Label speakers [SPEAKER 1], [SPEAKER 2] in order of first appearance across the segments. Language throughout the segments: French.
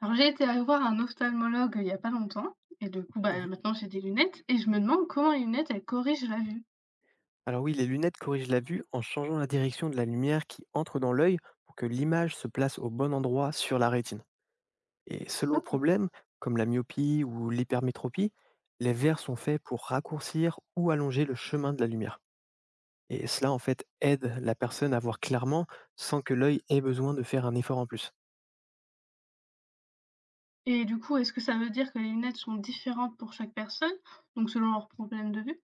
[SPEAKER 1] Alors j'ai été aller voir un ophtalmologue il y a pas longtemps et du coup, bah,
[SPEAKER 2] Mmh.
[SPEAKER 1] maintenant j'ai des lunettes et je me demande comment les lunettes elles corrigent la vue.
[SPEAKER 2] Alors oui, les lunettes corrigent la vue en changeant la direction de la lumière qui entre dans l'œil pour que l'image se place au bon endroit sur la rétine. Et selon le
[SPEAKER 1] Ok.
[SPEAKER 2] problème, comme la myopie ou l'hypermétropie, les verres sont faits pour raccourcir ou allonger le chemin de la lumière. Et cela en fait aide la personne à voir clairement sans que l'œil ait besoin de faire un effort en plus.
[SPEAKER 1] Et du coup, est-ce que ça veut dire que les lunettes sont différentes pour chaque personne, donc selon leur problème de vue?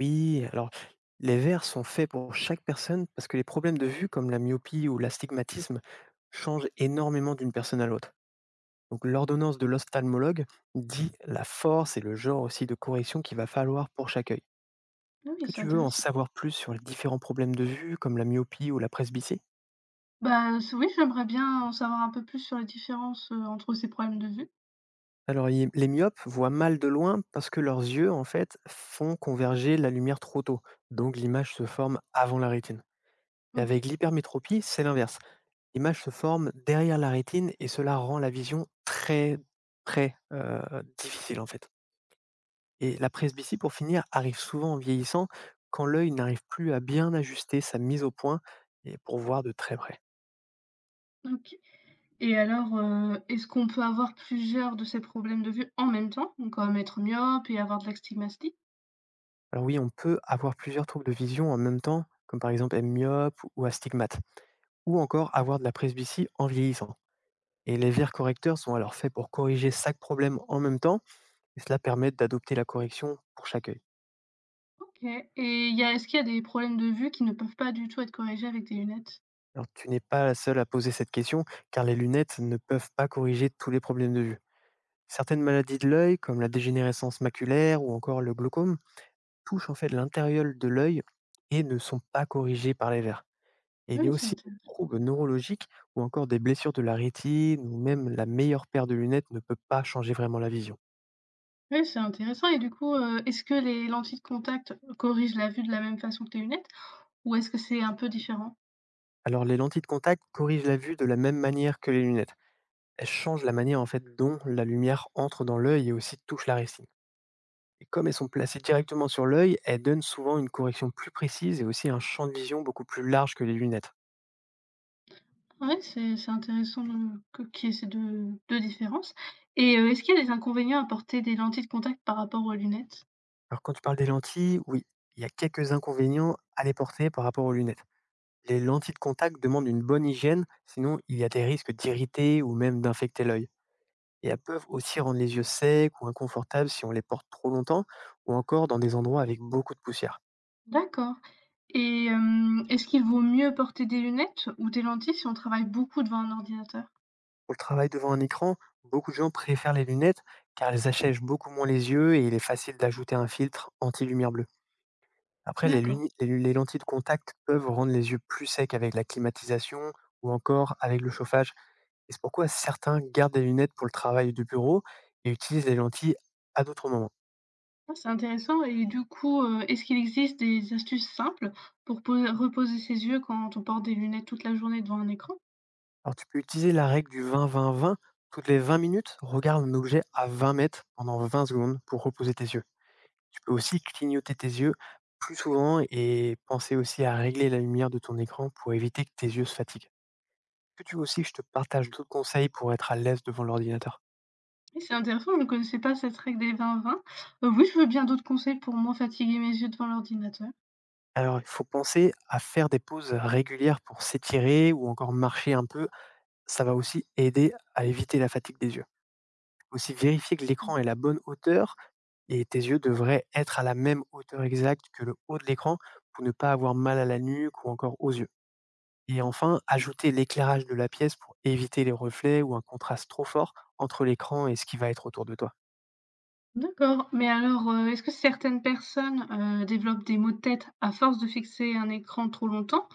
[SPEAKER 2] Oui, alors les verres sont faits pour chaque personne parce que les problèmes de vue comme la myopie ou l'astigmatisme changent énormément d'une personne à l'autre. Donc l'ordonnance de l'ophtalmologue dit la force et le genre aussi de correction qu'il va falloir pour chaque œil. Est-ce
[SPEAKER 1] Ah oui,
[SPEAKER 2] que
[SPEAKER 1] ça
[SPEAKER 2] tu veux en
[SPEAKER 1] intéresse.
[SPEAKER 2] savoir plus sur les différents problèmes de vue comme la myopie ou la presbytie?
[SPEAKER 1] Oui, j'aimerais bien en savoir un peu plus sur les différences entre ces problèmes de vue.
[SPEAKER 2] Alors les myopes voient mal de loin parce que leurs yeux en fait font converger la lumière trop tôt. Donc l'image se forme avant la rétine. Et
[SPEAKER 1] Ok.
[SPEAKER 2] avec l'hypermétropie, c'est l'inverse. L'image se forme derrière la rétine et cela rend la vision très, très, difficile, en fait. Et la presbytie, pour finir, arrive souvent en vieillissant quand l'œil n'arrive plus à bien ajuster sa mise au point et pour voir de très près.
[SPEAKER 1] Ok. Et alors, est-ce qu'on peut avoir plusieurs de ces problèmes de vue en même temps, donc comme être myope et avoir de l'astigmatisme.
[SPEAKER 2] Alors oui, on peut avoir plusieurs troubles de vision en même temps, comme par exemple être myope ou astigmate, ou encore avoir de la presbytie en vieillissant, et les verres correcteurs sont alors faits pour corriger cinq problèmes en même temps, et cela permet d'adopter la correction pour chaque œil.
[SPEAKER 1] OK et il y a est-ce qu'il y a des problèmes de vue qui ne peuvent pas du tout être corrigés avec des lunettes?
[SPEAKER 2] Alors, tu n'es pas la seule à poser cette question, car les lunettes ne peuvent pas corriger tous les problèmes de vue. Certaines maladies de l'œil, comme la dégénérescence maculaire ou encore le glaucome, touchent en fait l'intérieur de l'œil et ne sont pas corrigées par les verres. Et
[SPEAKER 1] Ah
[SPEAKER 2] il y a
[SPEAKER 1] oui, c'est
[SPEAKER 2] aussi des
[SPEAKER 1] intéressant.
[SPEAKER 2] troubles neurologiques ou encore des blessures de la rétine ou même la meilleure paire de lunettes ne peut pas changer vraiment la vision.
[SPEAKER 1] Oui, c'est intéressant et du coup, est-ce que les lentilles de contact corrigent la vue de la même façon que les lunettes ou est-ce que c'est un peu différent?
[SPEAKER 2] Alors, les lentilles de contact corrigent la vue de la même manière que les lunettes. Elles changent la manière en fait dont la lumière entre dans l'œil et aussi touche la rétine. Et comme elles sont placées directement sur l'œil, elles donnent souvent une correction plus précise et aussi un champ de vision beaucoup plus large que les lunettes.
[SPEAKER 1] Oui, c'est intéressant de que qu'il y ait ces deux différences
[SPEAKER 2] Mm.
[SPEAKER 1] et est-ce qu'il y a des inconvénients à porter des lentilles de contact par rapport aux lunettes?
[SPEAKER 2] Alors quand tu parles des lentilles, oui, il y a quelques inconvénients à les porter par rapport aux lunettes. Les lentilles de contact demandent une bonne hygiène, sinon il y a des risques d'irriter ou même d'infecter l'œil. Et elles peuvent aussi rendre les yeux secs ou inconfortables si on les porte trop longtemps ou encore dans des endroits avec beaucoup de poussière.
[SPEAKER 1] D'accord et est-ce qu'il vaut mieux porter des lunettes ou des lentilles si on travaille beaucoup devant un ordinateur?
[SPEAKER 2] Pour le travail devant un écran, beaucoup de gens préfèrent les lunettes, car elles achègent beaucoup moins les yeux et il est facile d'ajouter un filtre anti-lumière bleue. Après, les,
[SPEAKER 1] D'accord.
[SPEAKER 2] luni- les lentilles de contact peuvent rendre les yeux plus secs avec la climatisation ou encore avec le chauffage. Et c'est pourquoi certains gardent des lunettes pour le travail de bureau et utilisent les lentilles à d'autres moments.
[SPEAKER 1] Ah, c'est intéressant et du coup, est-ce qu'il existe des astuces simples pour po reposer ses yeux quand on porte des lunettes toute la journée devant un écran?
[SPEAKER 2] Alors, tu peux utiliser la règle du 20-20-20. Toutes les 20 minutes, regarde un objet à 20 mètres pendant 20 secondes pour reposer tes yeux. Tu peux aussi clignoter tes yeux plus souvent et penser aussi à régler la lumière de ton écran pour éviter que tes yeux se fatiguent. Est-ce que tu veux aussi que je te partage d'autres conseils pour être à l'aise devant l'ordinateur?
[SPEAKER 1] Eh, c'est intéressant, je ne connaissais pas cette règle des 20-20. Oui, je veux bien d'autres conseils pour moins fatiguer mes yeux devant l'ordinateur.
[SPEAKER 2] Alors, il faut penser à faire des pauses régulières pour s'étirer ou encore marcher un peu. Ça va aussi aider à éviter la fatigue des yeux. Aussi, vérifier que l'écran est à la bonne hauteur, et tes yeux devraient être à la même hauteur exacte que le haut de l'écran pour ne pas avoir mal à la nuque ou encore aux yeux. Et enfin, ajouter l'éclairage de la pièce pour éviter les reflets ou un contraste trop fort entre l'écran et ce qui va être autour de toi.
[SPEAKER 1] D'accord, mais alors, est-ce que certaines personnes, développent des maux de tête à force de fixer un écran trop longtemps,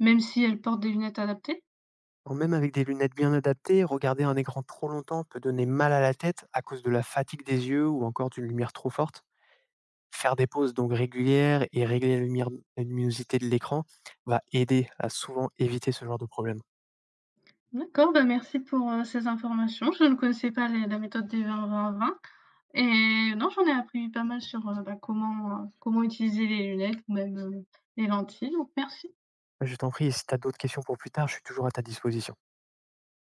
[SPEAKER 1] même si elles portent des lunettes adaptées?
[SPEAKER 2] Bon, même avec des lunettes bien adaptées, regarder un écran trop longtemps peut donner mal à la tête à cause de la fatigue des yeux ou encore d'une lumière trop forte. Faire des pauses donc régulières et régler la luminosité de l'écran va aider à souvent éviter ce genre de problème.
[SPEAKER 1] D'accord, bah, merci pour, ces informations. Je ne connaissais pas les la méthode des 20-20-20. Et non, j'en ai appris pas mal sur, bah, comment, comment utiliser les lunettes ou même, les lentilles, donc merci.
[SPEAKER 2] Je t'en prie, si tu as d'autres questions pour plus tard, je suis toujours à ta disposition.